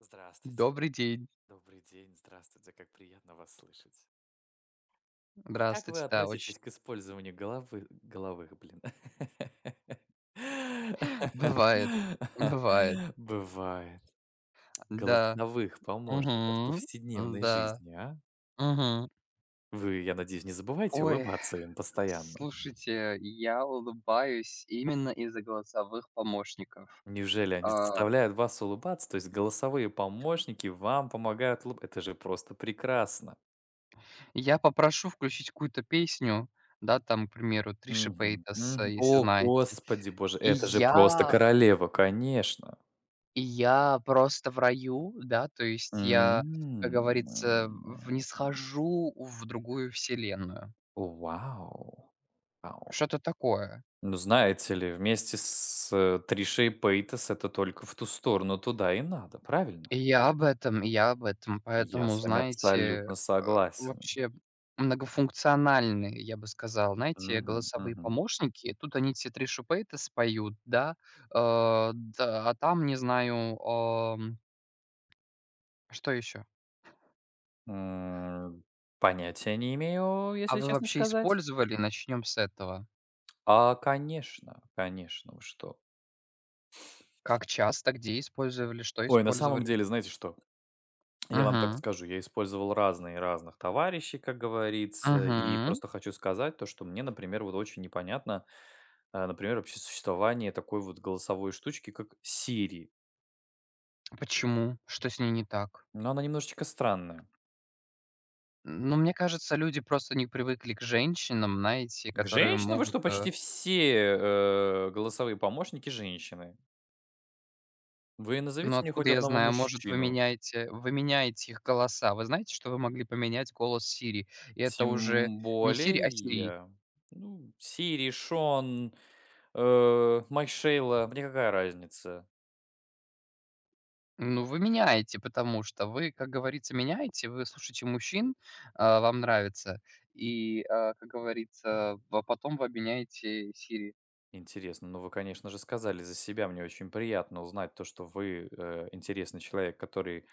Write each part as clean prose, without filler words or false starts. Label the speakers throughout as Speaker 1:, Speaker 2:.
Speaker 1: Здравствуйте.
Speaker 2: Добрый день.
Speaker 1: Добрый день. Здравствуйте. Как приятно вас слышать. Вот как вы
Speaker 2: Здравствуйте. Да,
Speaker 1: относитесь
Speaker 2: очень
Speaker 1: к использованию головых, блин?
Speaker 2: бывает, бывает.
Speaker 1: Бывает.
Speaker 2: Да.
Speaker 1: Голосовых помощников в
Speaker 2: Угу,
Speaker 1: повседневной
Speaker 2: да.
Speaker 1: жизни, а?
Speaker 2: Угу.
Speaker 1: Вы, я надеюсь, не забываете
Speaker 2: Ой,
Speaker 1: улыбаться им постоянно?
Speaker 2: слушайте, я улыбаюсь именно из-за голосовых помощников.
Speaker 1: Неужели они
Speaker 2: А,
Speaker 1: заставляют вас улыбаться? То есть голосовые помощники вам помогают улыб Это же просто прекрасно!
Speaker 2: я попрошу включить какую-то песню, да, там, к примеру, Триши
Speaker 1: Мгм,
Speaker 2: Пейтас,
Speaker 1: мгм.
Speaker 2: если
Speaker 1: О,
Speaker 2: знаете.
Speaker 1: господи боже,
Speaker 2: И
Speaker 1: это же просто
Speaker 2: я
Speaker 1: королева, конечно.
Speaker 2: и я просто в раю, да, то
Speaker 1: М.
Speaker 2: есть я, как говорится, в не схожу в другую вселенную.
Speaker 1: Вау, вау.
Speaker 2: Что-то такое.
Speaker 1: Ну, знаете ли, вместе с, Тришей Пейтас это только в ту сторону туда и надо, правильно?
Speaker 2: И я об этом, и я об этом.
Speaker 1: Я
Speaker 2: Поэтому,
Speaker 1: с вами
Speaker 2: знаете,
Speaker 1: абсолютно согласен.
Speaker 2: вообще многофункциональные, я бы сказал, знаете,
Speaker 1: Мгм,
Speaker 2: голосовые
Speaker 1: мгм.
Speaker 2: помощники. Тут они все 3 шупейта споют, да, да, а там, не знаю, что еще?
Speaker 1: М, Понятия не имею,
Speaker 2: А
Speaker 1: если
Speaker 2: вы
Speaker 1: честно
Speaker 2: вообще
Speaker 1: сказать.
Speaker 2: использовали? Начнем с этого.
Speaker 1: А, конечно, конечно, вы что.
Speaker 2: Как часто, где использовали, что
Speaker 1: Ой, на самом
Speaker 2: использовали?
Speaker 1: деле, знаете что? Я вам так
Speaker 2: Мгм,
Speaker 1: скажу, я использовал разные разных товарищей, как говорится, и
Speaker 2: мгм.
Speaker 1: просто хочу сказать то, что мне, например, вот очень непонятно, например, вообще существование такой вот голосовой штучки, как Siri.
Speaker 2: Почему? Что с ней не так?
Speaker 1: Но она немножечко странная.
Speaker 2: Ну, мне кажется, люди просто не привыкли к женщинам, знаете,
Speaker 1: К
Speaker 2: которые
Speaker 1: женщинам вы
Speaker 2: могут,
Speaker 1: что,
Speaker 2: э
Speaker 1: почти все голосовые помощники женщины. Вы назовите
Speaker 2: Но
Speaker 1: мне хоть
Speaker 2: откуда я
Speaker 1: одного
Speaker 2: знаю, может, вы
Speaker 1: мужчину.
Speaker 2: меняете вы меняете их голоса. Вы знаете, что вы могли поменять голос Сири? И это уже
Speaker 1: Тем
Speaker 2: не Сири, а Сирии.
Speaker 1: более, ну, Siri, Шон, Майшейла, мне какая разница.
Speaker 2: Ну, вы меняете, потому что вы, как говорится, меняете, вы слушаете мужчин, вам нравится, как говорится, а потом вы обменяете Сири.
Speaker 1: Интересно. Ну, вы, конечно же, сказали за себя. Мне очень приятно узнать то, что вы интересный человек, который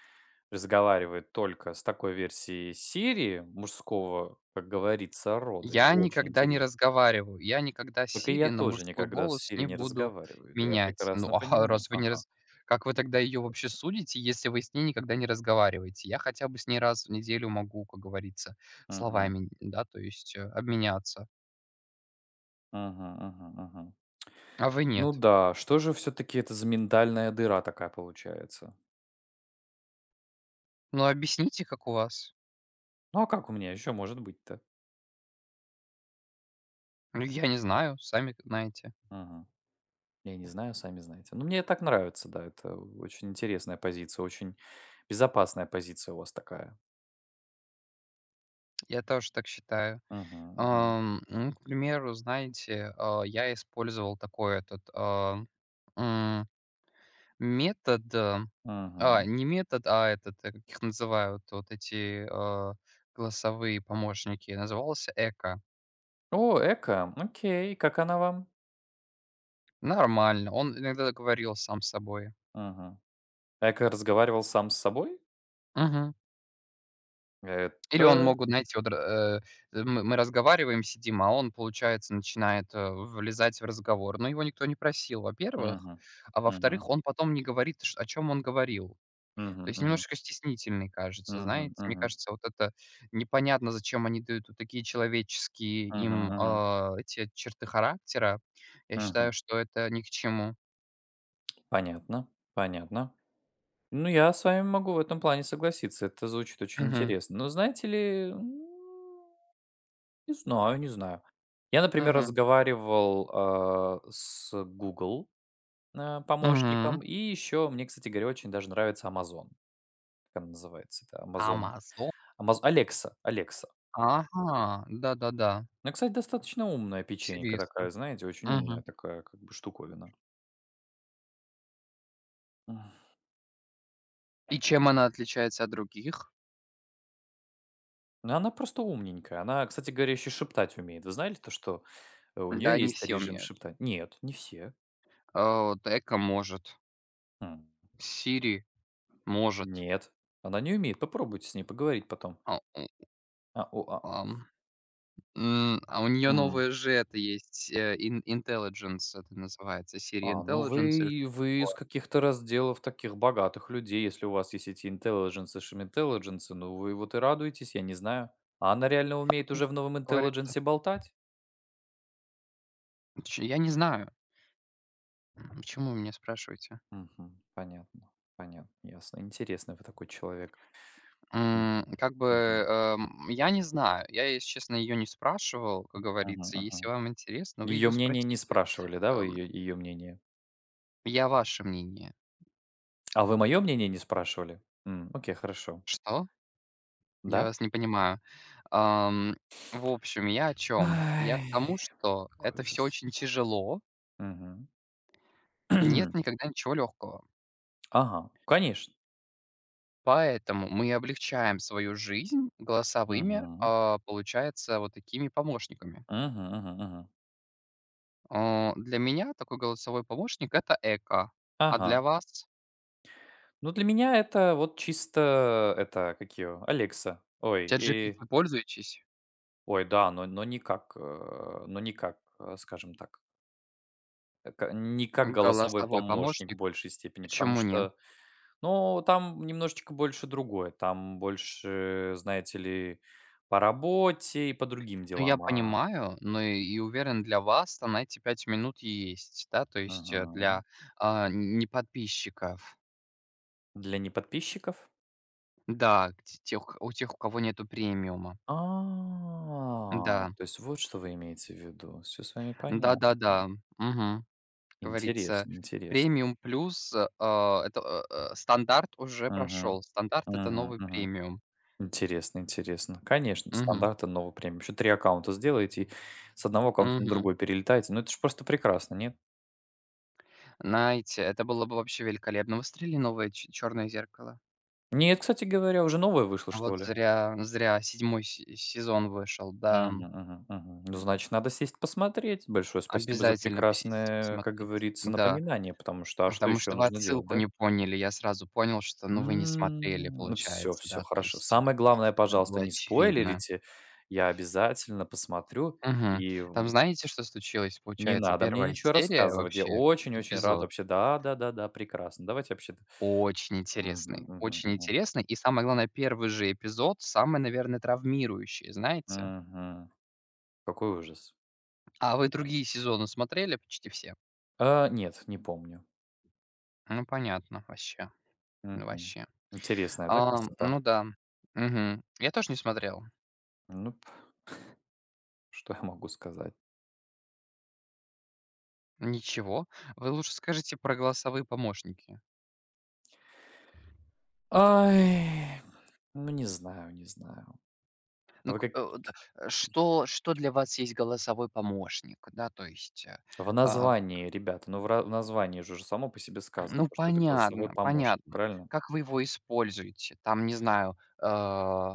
Speaker 1: разговаривает только с такой версией Сирии, мужского, как говорится, рода. И
Speaker 2: Я
Speaker 1: Очень
Speaker 2: никогда не
Speaker 1: интересно.
Speaker 2: разговариваю, я никогда
Speaker 1: Так и
Speaker 2: "Сири"
Speaker 1: я
Speaker 2: на
Speaker 1: тоже
Speaker 2: мужской
Speaker 1: никогда с
Speaker 2: голос
Speaker 1: Сирией
Speaker 2: не
Speaker 1: не
Speaker 2: буду
Speaker 1: разговариваю. Да я
Speaker 2: менять. Ну,
Speaker 1: прекрасно
Speaker 2: а
Speaker 1: понимаю.
Speaker 2: раз вы не
Speaker 1: Ага.
Speaker 2: раз как вы тогда ее
Speaker 1: Вот.
Speaker 2: вообще судите, если вы с ней никогда не разговариваете? Я хотя бы с ней раз в неделю могу, как говорится,
Speaker 1: Мгм.
Speaker 2: словами, да, то есть, обменяться,
Speaker 1: Мгм. Мгм. Мгм.
Speaker 2: а вы
Speaker 1: Ну
Speaker 2: нет.
Speaker 1: да, что же все-таки это за миндальная дыра такая получается?
Speaker 2: Ну, объясните, как у вас.
Speaker 1: Ну а как у меня еще может быть-то?
Speaker 2: Ну, я не знаю, сами знаете.
Speaker 1: Мгм. Я не знаю, сами знаете. Но мне так нравится, да. Это очень интересная позиция, очень безопасная позиция у вас такая.
Speaker 2: Я тоже так считаю.
Speaker 1: Мгм, мгм,
Speaker 2: Ну, к примеру, знаете, я использовал такой этот, м метод, а
Speaker 1: мгм.
Speaker 2: не метод, а этот, как их называют, вот эти, голосовые помощники, назывался "Эко".
Speaker 1: О, Эко. Окей. Как она вам?
Speaker 2: Нормально, он иногда говорил сам с собой.
Speaker 1: Мгм. Эко разговаривал сам с собой?
Speaker 2: Мгм. Или он
Speaker 1: Это
Speaker 2: могут, знаете, вот, мы разговариваем, сидим, а он, получается, начинает, влезать в разговор. Но его никто не просил, во-первых. А
Speaker 1: мгм,
Speaker 2: во-вторых, он потом не говорит, ш о чем он говорил. То
Speaker 1: мгм,
Speaker 2: есть
Speaker 1: мгм,
Speaker 2: немножко стеснительный кажется,
Speaker 1: мгм,
Speaker 2: знаете. Мне
Speaker 1: мгм,
Speaker 2: кажется, вот это непонятно, зачем они дают вот такие человеческие
Speaker 1: мгм,
Speaker 2: им,
Speaker 1: мгм,
Speaker 2: эти черты характера. Я
Speaker 1: мгм.
Speaker 2: считаю, что это ни к чему.
Speaker 1: Понятно, понятно. Ну, я с вами могу в этом плане согласиться. Это звучит очень
Speaker 2: Мгм.
Speaker 1: интересно. Но знаете ли, не знаю, не знаю. Я, например,
Speaker 2: Мгм.
Speaker 1: разговаривал, с Google помощником,
Speaker 2: Мгм.
Speaker 1: и еще мне, кстати говоря, очень даже нравится Amazon. Как она называется? Это Amazon,
Speaker 2: Амазо
Speaker 1: Amazon Alexa, Alexa.
Speaker 2: Ага, да-да-да.
Speaker 1: Она, кстати, достаточно умная печенька
Speaker 2: Интересно.
Speaker 1: такая, знаете, очень умная
Speaker 2: Мгм.
Speaker 1: такая как бы штуковина. М,
Speaker 2: И чем она отличается от других?
Speaker 1: но она просто умненькая. Она, кстати говоря, еще шептать умеет. Вы знали то, что, у
Speaker 2: Да,
Speaker 1: нее
Speaker 2: не
Speaker 1: есть
Speaker 2: все
Speaker 1: режим
Speaker 2: умеют.
Speaker 1: шепта Нет, не все.
Speaker 2: Вот Эко может,
Speaker 1: М,
Speaker 2: Сири может,
Speaker 1: нет, она не умеет. Попробуйте с ней поговорить потом.
Speaker 2: а,
Speaker 1: А, о,
Speaker 2: ам а у нее
Speaker 1: а,
Speaker 2: новая же это есть, э, ин Intelligence это называется, Siri
Speaker 1: ну
Speaker 2: Intelligence или
Speaker 1: вы
Speaker 2: что-то
Speaker 1: вы из
Speaker 2: такое.
Speaker 1: каких-то разделов таких богатых людей. Если у вас есть эти интеллидженсы, шминтеллидженсы, ну вы вот и радуетесь, я не знаю. А она реально умеет уже в новом
Speaker 2: Как говорится,
Speaker 1: интеллидженсе болтать?
Speaker 2: ч я не знаю, почему вы меня спрашиваете?
Speaker 1: Мгм. Понятно, понятно, ясно. Интересный вы такой человек. М,
Speaker 2: Как бы,
Speaker 1: Мгм,
Speaker 2: я не знаю. Я, если честно, ее не спрашивал, как
Speaker 1: мгм,
Speaker 2: говорится. Если
Speaker 1: мгм.
Speaker 2: вам интересно, вы
Speaker 1: Ее
Speaker 2: ее
Speaker 1: мнение не
Speaker 2: спросите.
Speaker 1: спрашивали, да, вы
Speaker 2: Эм,
Speaker 1: ее мнение?
Speaker 2: я ваше мнение.
Speaker 1: А вы мое мнение не спрашивали? Окей, хорошо.
Speaker 2: Что? Я
Speaker 1: Да?
Speaker 2: вас не понимаю. Ам, в общем, я о чем? Я к
Speaker 1: Ай,
Speaker 2: тому, что
Speaker 1: какой
Speaker 2: это все
Speaker 1: ужас.
Speaker 2: очень тяжело,
Speaker 1: Мгм.
Speaker 2: нет никогда ничего легкого.
Speaker 1: Ага, конечно.
Speaker 2: Поэтому мы облегчаем свою жизнь голосовыми,
Speaker 1: Мгм.
Speaker 2: получается, вот такими помощниками.
Speaker 1: Мгм, мгм, мгм.
Speaker 2: Для меня такой голосовой помощник — это "Эко", а
Speaker 1: Ага.
Speaker 2: для вас?
Speaker 1: Ну, для меня это вот чисто это, как её, «Алекса». Ой, и
Speaker 2: ChatGPT пользуетесь?
Speaker 1: ой, да, но не как, э, но не как, скажем так, э, ка не как голосовой
Speaker 2: Голосовой
Speaker 1: помощник в
Speaker 2: помощник?
Speaker 1: большей степени, потому
Speaker 2: Почему нет?
Speaker 1: что, ну, там немножечко больше другое. Там больше, знаете ли, по работе и по другим
Speaker 2: Ну, я
Speaker 1: делам.
Speaker 2: понимаю, но и уверен, для вас там на эти 5 минут есть, да, то есть,
Speaker 1: Мгм.
Speaker 2: для, не подписчиков.
Speaker 1: Для неподписчиков?
Speaker 2: Да, т тех, у кого нету премиума.
Speaker 1: А,
Speaker 2: Да.
Speaker 1: то есть вот что вы имеете в виду. Все с вами понятно.
Speaker 2: Да-да-да. Мгм. Говорится,
Speaker 1: Интересно, интересно.
Speaker 2: премиум плюс, это, стандарт уже
Speaker 1: Мгм.
Speaker 2: прошел. Стандарт — это
Speaker 1: Мгм,
Speaker 2: новый
Speaker 1: мгм.
Speaker 2: премиум.
Speaker 1: Интересно, интересно. Конечно,
Speaker 2: Мгм,
Speaker 1: стандарты нового премиум. Еще 3 аккаунта сделаете и с одного аккаунта на
Speaker 2: мгм.
Speaker 1: другой перелетаете. Ну, это же просто прекрасно, нет?
Speaker 2: Знаете, это было бы вообще великолепно. Вы смотрели новое "Ч черное зеркало"?
Speaker 1: Нет, кстати говоря, уже новое вышло,
Speaker 2: Вот
Speaker 1: что ли?
Speaker 2: зря Седьмой се сезон вышел, да.
Speaker 1: Мгм, мгм, мгм. Ну, значит, надо сесть посмотреть. Большое спасибо за
Speaker 2: Обязательно посидите,
Speaker 1: прекрасное, как
Speaker 2: посмотрите.
Speaker 1: говорится,
Speaker 2: Да,
Speaker 1: напоминание, потому что, а что
Speaker 2: потому
Speaker 1: еще
Speaker 2: что вы
Speaker 1: нужно делать,
Speaker 2: отсылку
Speaker 1: да?
Speaker 2: не поняли. Я сразу понял, что, ну, вы не смотрели,
Speaker 1: М, Ну, все,
Speaker 2: получается,
Speaker 1: все,
Speaker 2: да, то
Speaker 1: хорошо.
Speaker 2: есть,
Speaker 1: Самое главное, пожалуйста,
Speaker 2: было
Speaker 1: не
Speaker 2: очевидно.
Speaker 1: спойлерите. Я обязательно посмотрю
Speaker 2: Мгм.
Speaker 1: и
Speaker 2: Там знаете, что случилось?
Speaker 1: Не
Speaker 2: Получается,
Speaker 1: надо мне
Speaker 2: первая
Speaker 1: ничего
Speaker 2: серия
Speaker 1: рассказывать. Я
Speaker 2: вообще,
Speaker 1: очень-очень рад
Speaker 2: эпизод
Speaker 1: вообще. Да, да, да, да, прекрасно. Давайте вообще.
Speaker 2: очень
Speaker 1: Мгм,
Speaker 2: интересный,
Speaker 1: мгм,
Speaker 2: очень
Speaker 1: мгм.
Speaker 2: интересный. И самое главное, первый же эпизод самый, наверное, травмирующий, знаете.
Speaker 1: Мгм. Какой ужас.
Speaker 2: А вы другие сезоны смотрели почти все?
Speaker 1: А, нет, не помню.
Speaker 2: Ну, понятно, вообще, ну,
Speaker 1: Мгм.
Speaker 2: вообще.
Speaker 1: Интересная, да,
Speaker 2: А,
Speaker 1: красота?
Speaker 2: ну да. Мгм. Я тоже не смотрел.
Speaker 1: Ну, что я могу сказать?
Speaker 2: Ничего. Вы лучше скажите про голосовые помощники.
Speaker 1: Ай, ну не знаю, не знаю. А
Speaker 2: Ну,
Speaker 1: Вы как
Speaker 2: да, что для вас есть голосовой помощник? Да, то есть,
Speaker 1: в
Speaker 2: а,
Speaker 1: названии, ребята, ну в названии же уже само по себе сказано,
Speaker 2: ну,
Speaker 1: то, что это голосовой
Speaker 2: понятно,
Speaker 1: помощник,
Speaker 2: понятно.
Speaker 1: правильно?
Speaker 2: Как вы его используете? Там, не знаю, э,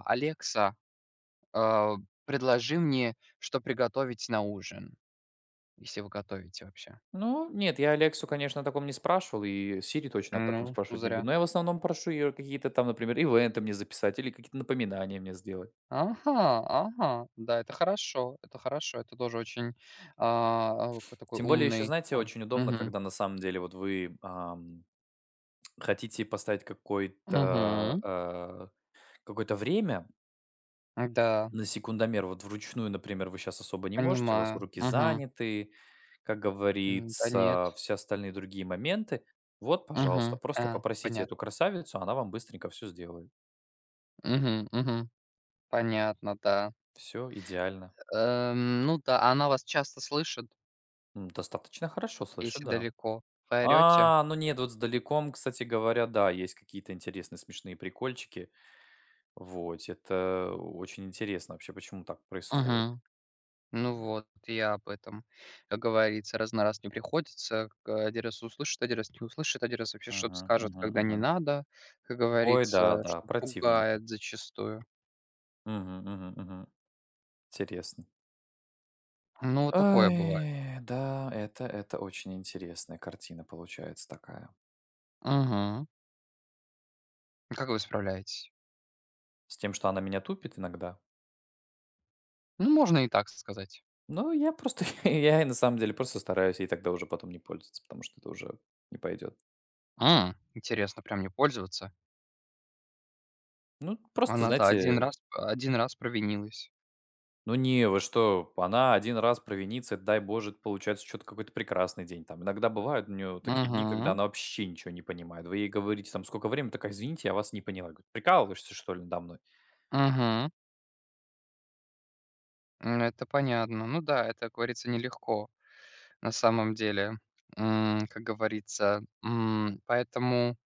Speaker 2: "Алекса, э, предложи мне, что приготовить на ужин", если вы готовите вообще.
Speaker 1: Ну, нет, я Алексу, конечно, о таком не спрашивал, и Сири точно об таком
Speaker 2: Ну,
Speaker 1: спрашивать не буду.
Speaker 2: зря.
Speaker 1: Но я в основном прошу ее какие-то там, например, ивенты мне записать или какие-то напоминания мне сделать.
Speaker 2: Ага, ага. Да, это хорошо, это хорошо. Это тоже очень, к такой
Speaker 1: Тем более, еще,
Speaker 2: умный,
Speaker 1: знаете, очень удобно,
Speaker 2: мгм,
Speaker 1: когда на самом деле вот вы хотите поставить
Speaker 2: мгм.
Speaker 1: какое-то время
Speaker 2: Да,
Speaker 1: на секундомер. Вот вручную, например, вы сейчас особо не можете, у вас
Speaker 2: понимаю.
Speaker 1: руки
Speaker 2: Мгм.
Speaker 1: заняты, как
Speaker 2: Да
Speaker 1: говорится,
Speaker 2: нет.
Speaker 1: все остальные другие моменты. Вот, пожалуйста,
Speaker 2: Мгм.
Speaker 1: просто
Speaker 2: А,
Speaker 1: попросите эту
Speaker 2: понятно.
Speaker 1: красавицу, она вам быстренько все сделает.
Speaker 2: Мгм, мгм. Понятно, да.
Speaker 1: Все, идеально.
Speaker 2: Ну да, она вас часто слышит,
Speaker 1: Достаточно хорошо слышу,
Speaker 2: если
Speaker 1: да.
Speaker 2: далеко. Вы орёте?
Speaker 1: А, ну нет, вот с «Далеком», кстати говоря, да, есть какие-то интересные смешные прикольчики. Вот, это очень интересно вообще, почему так происходит.
Speaker 2: Мгм. Ну вот, я об этом. Как говорится, раз на раз не приходится. К один раз услышит, один раз не услышит, один раз вообще что-то
Speaker 1: Мгм,
Speaker 2: скажет,
Speaker 1: мгм,
Speaker 2: когда не
Speaker 1: мгм.
Speaker 2: надо. Как
Speaker 1: Ой, да,
Speaker 2: говорится,
Speaker 1: да,
Speaker 2: что
Speaker 1: противненько.
Speaker 2: пугает зачастую.
Speaker 1: Мгм, мгм, мгм. Интересно.
Speaker 2: Ну, вот такое бывает.
Speaker 1: Ай, да, это очень интересная картина получается такая.
Speaker 2: Мгм. Как вы справляетесь?
Speaker 1: С тем, что она меня тупит иногда.
Speaker 2: Ну, можно и так сказать.
Speaker 1: Но я просто я и на самом деле просто стараюсь ей тогда уже потом не пользоваться, потому что это уже не пойдет.
Speaker 2: Интересно, прям не пользоваться?
Speaker 1: Ну, просто,
Speaker 2: Она-то один
Speaker 1: знаете,
Speaker 2: раз один раз провинилась.
Speaker 1: ну не, вы что, она один раз провинится, это, дай боже, получается что то какой-то прекрасный день. Там иногда бывают у нее такие дни, когда
Speaker 2: Мгм.
Speaker 1: она вообще ничего не понимает. Вы ей говорите там: «Сколько времени?» Такая: «Извините, я вас не поняла». Я: «Прикалываешься, что ли, надо мной?»
Speaker 2: Мгм. Это понятно. Ну да, это, как говорится, нелегко на самом деле, как говорится. Поэтому,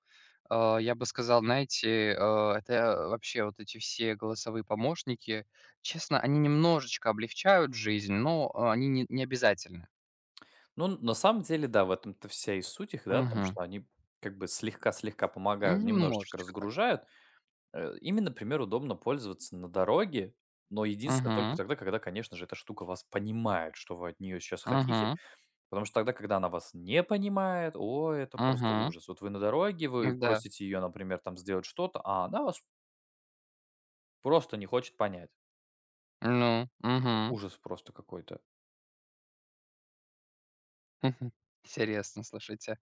Speaker 2: я бы сказал, знаете, это вообще вот эти все голосовые помощники, честно, они немножечко облегчают жизнь, но, они не обязательны.
Speaker 1: Ну, на самом деле, да, в этом-то вся и суть их, да, в том,
Speaker 2: Мгм.
Speaker 1: что они как бы слегка-слегка помогают, немножечко
Speaker 2: Немножечко так.
Speaker 1: разгружают. Ими, например, удобно пользоваться на дороге, но единственное только
Speaker 2: Угу.
Speaker 1: тогда, когда, конечно же, эта штука вас понимает, что вы от нее сейчас хотите.
Speaker 2: Угу.
Speaker 1: Потому что тогда, когда она вас не понимает, о, это просто
Speaker 2: Мгм.
Speaker 1: ужас. Вот вы на дороге, вы
Speaker 2: Да.
Speaker 1: просите ее, например, там сделать что-то, а она вас просто не хочет понять.
Speaker 2: Ну. Угу.
Speaker 1: Ужас просто какой-то.
Speaker 2: Интересно, слушайте.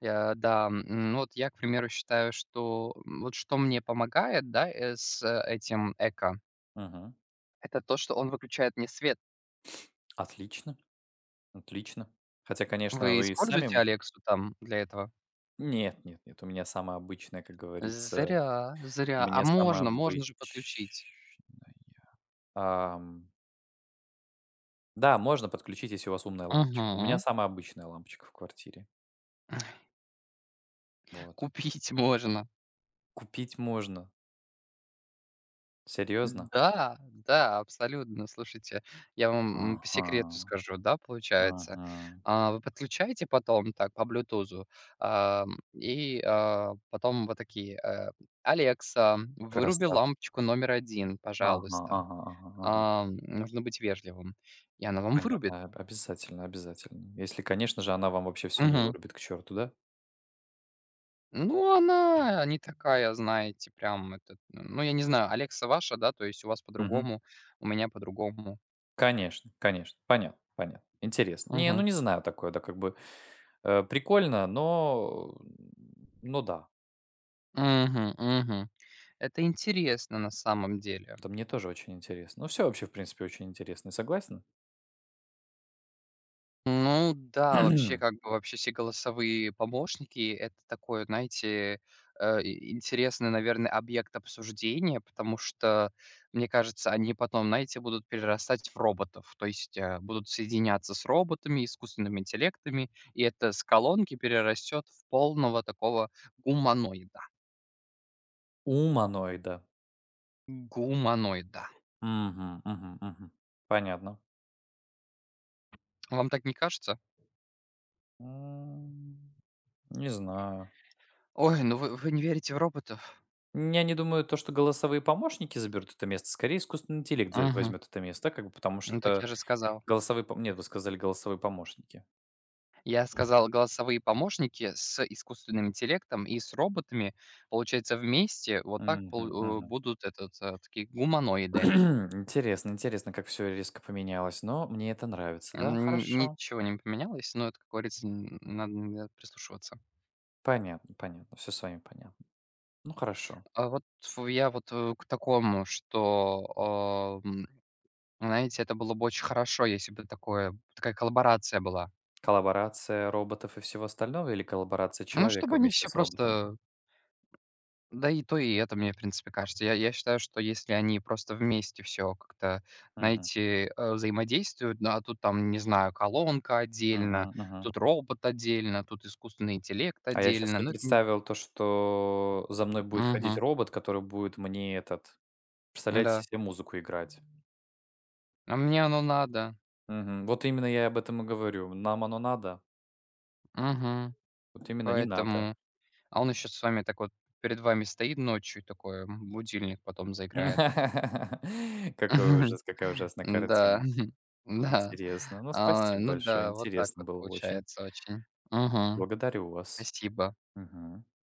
Speaker 2: Да, ну, вот я, к примеру, считаю, что, вот что мне помогает, да, с этим эко —
Speaker 1: Мгм.
Speaker 2: это то, что он выключает мне свет.
Speaker 1: Отлично, отлично. Хотя, конечно,
Speaker 2: Вы
Speaker 1: вы и сами...
Speaker 2: используете
Speaker 1: м-
Speaker 2: "Алексу" там для этого?
Speaker 1: Нет, нет, нет, у меня самое обычное, как говорится,
Speaker 2: Зря,
Speaker 1: у
Speaker 2: зря. А
Speaker 1: меня самое
Speaker 2: можно,
Speaker 1: обычное.
Speaker 2: можно же подключить.
Speaker 1: Ам, да, можно подключить, если у вас умная лампочка. У меня
Speaker 2: Мгм.
Speaker 1: самая обычная лампочка в квартире. Вот.
Speaker 2: Купить можно.
Speaker 1: Купить можно. Серьезно?
Speaker 2: Да, да, абсолютно. Слушайте, я вам, по
Speaker 1: Ага.
Speaker 2: секрету скажу, да, получается.
Speaker 1: Ага.
Speaker 2: Вы подключаете потом так по блютузу, и, потом вот такие: "Алекса, выруби
Speaker 1: Красота.
Speaker 2: лампочку номер один,
Speaker 1: Ага,
Speaker 2: пожалуйста".
Speaker 1: ага, ага, ага.
Speaker 2: Нужно быть вежливым. И она вам вырубит.
Speaker 1: Понятно. Об Обязательно, обязательно. Если, конечно же, она вам вообще все не
Speaker 2: Мгм.
Speaker 1: вырубит к черту, да?
Speaker 2: Ну, она не такая, знаете, прям этот, ну, я не знаю, Алекса ваша, да, то есть у вас
Speaker 1: Мгм.
Speaker 2: по-другому, у меня по-другому.
Speaker 1: Конечно, конечно. Понятно, понятно. Интересно. Не, ну
Speaker 2: Угу.
Speaker 1: не знаю такое, да, как бы, прикольно, но, ну да.
Speaker 2: Угу. Мгм. Это интересно на самом деле.
Speaker 1: Да мне тоже очень интересно. Ну все вообще, в принципе, очень интересно. Согласен?
Speaker 2: Ну да, вообще, как бы, вообще все голосовые помощники — это такой, знаете, и интересный, наверное, объект обсуждения, потому что, мне кажется, они потом, знаете, будут перерастать в роботов, то есть, будут соединяться с роботами, искусственными интеллектами, и это с колонки перерастет в полного такого гуманоида.
Speaker 1: Уманоида.
Speaker 2: Гуманоида.
Speaker 1: Мгм, мгм, мгм. Понятно.
Speaker 2: Вам так не кажется?
Speaker 1: М, не знаю.
Speaker 2: Ой, ну вы не верите в роботов?
Speaker 1: Я не думаю, то, что голосовые помощники заберут это место. Скорее, искусственный интеллект за
Speaker 2: Мгм.
Speaker 1: возьмет это место, как бы, потому
Speaker 2: Ну так
Speaker 1: что
Speaker 2: я же сказал.
Speaker 1: голосовые пом Нет, вы сказали голосовые помощники.
Speaker 2: Я сказал голосовые помощники с искусственным интеллектом и с роботами. Получается, вместе вот так
Speaker 1: Мгм, мгм.
Speaker 2: будут этот, такие гуманоиды.
Speaker 1: Интересно, интересно, как все резко поменялось, но мне это нравится. Да,
Speaker 2: Н
Speaker 1: хорошо.
Speaker 2: ничего не поменялось, но это, как говорится, н надо иногда прислушиваться.
Speaker 1: Понятно, понятно, все с вами понятно. Ну, хорошо.
Speaker 2: А вот ф я вот, к такому, что, знаете, это было бы очень хорошо, если бы такое такая коллаборация была.
Speaker 1: Коллаборация роботов и всего остального или коллаборация
Speaker 2: Ну, чтобы
Speaker 1: человека
Speaker 2: они
Speaker 1: вместе
Speaker 2: все
Speaker 1: с роботом?
Speaker 2: просто. Да и то, и это, мне, в принципе, кажется. Я считаю, что если они просто вместе все как-то,
Speaker 1: Мгм,
Speaker 2: знаете, взаимодействуют, да, а тут там, не знаю, колонка
Speaker 1: мгм,
Speaker 2: отдельно,
Speaker 1: мгм.
Speaker 2: тут робот отдельно, тут искусственный интеллект
Speaker 1: А я сейчас
Speaker 2: отдельно,
Speaker 1: себе
Speaker 2: ну, это не.
Speaker 1: представил то, что за мной будет ходить
Speaker 2: Мгм.
Speaker 1: робот, который будет мне этот Представляете
Speaker 2: Да.
Speaker 1: себе музыку играть.
Speaker 2: А мне оно надо.
Speaker 1: Мгм. Вот именно я об этом и говорю. Нам оно надо?
Speaker 2: Мгм.
Speaker 1: Вот именно не надо.
Speaker 2: Поэтому. А он еще с вами так вот перед вами стоит ночью и такой, будильник потом заиграет.
Speaker 1: Какой ужас, какая ужасная
Speaker 2: Да.
Speaker 1: картина.
Speaker 2: Да.
Speaker 1: Интересно. Ну,
Speaker 2: А,
Speaker 1: спасибо
Speaker 2: ну
Speaker 1: большое.
Speaker 2: да, вот так
Speaker 1: Интересно
Speaker 2: вот
Speaker 1: было очень.
Speaker 2: получается очень. Мгм.
Speaker 1: Благодарю вас.
Speaker 2: Спасибо.
Speaker 1: Мгм.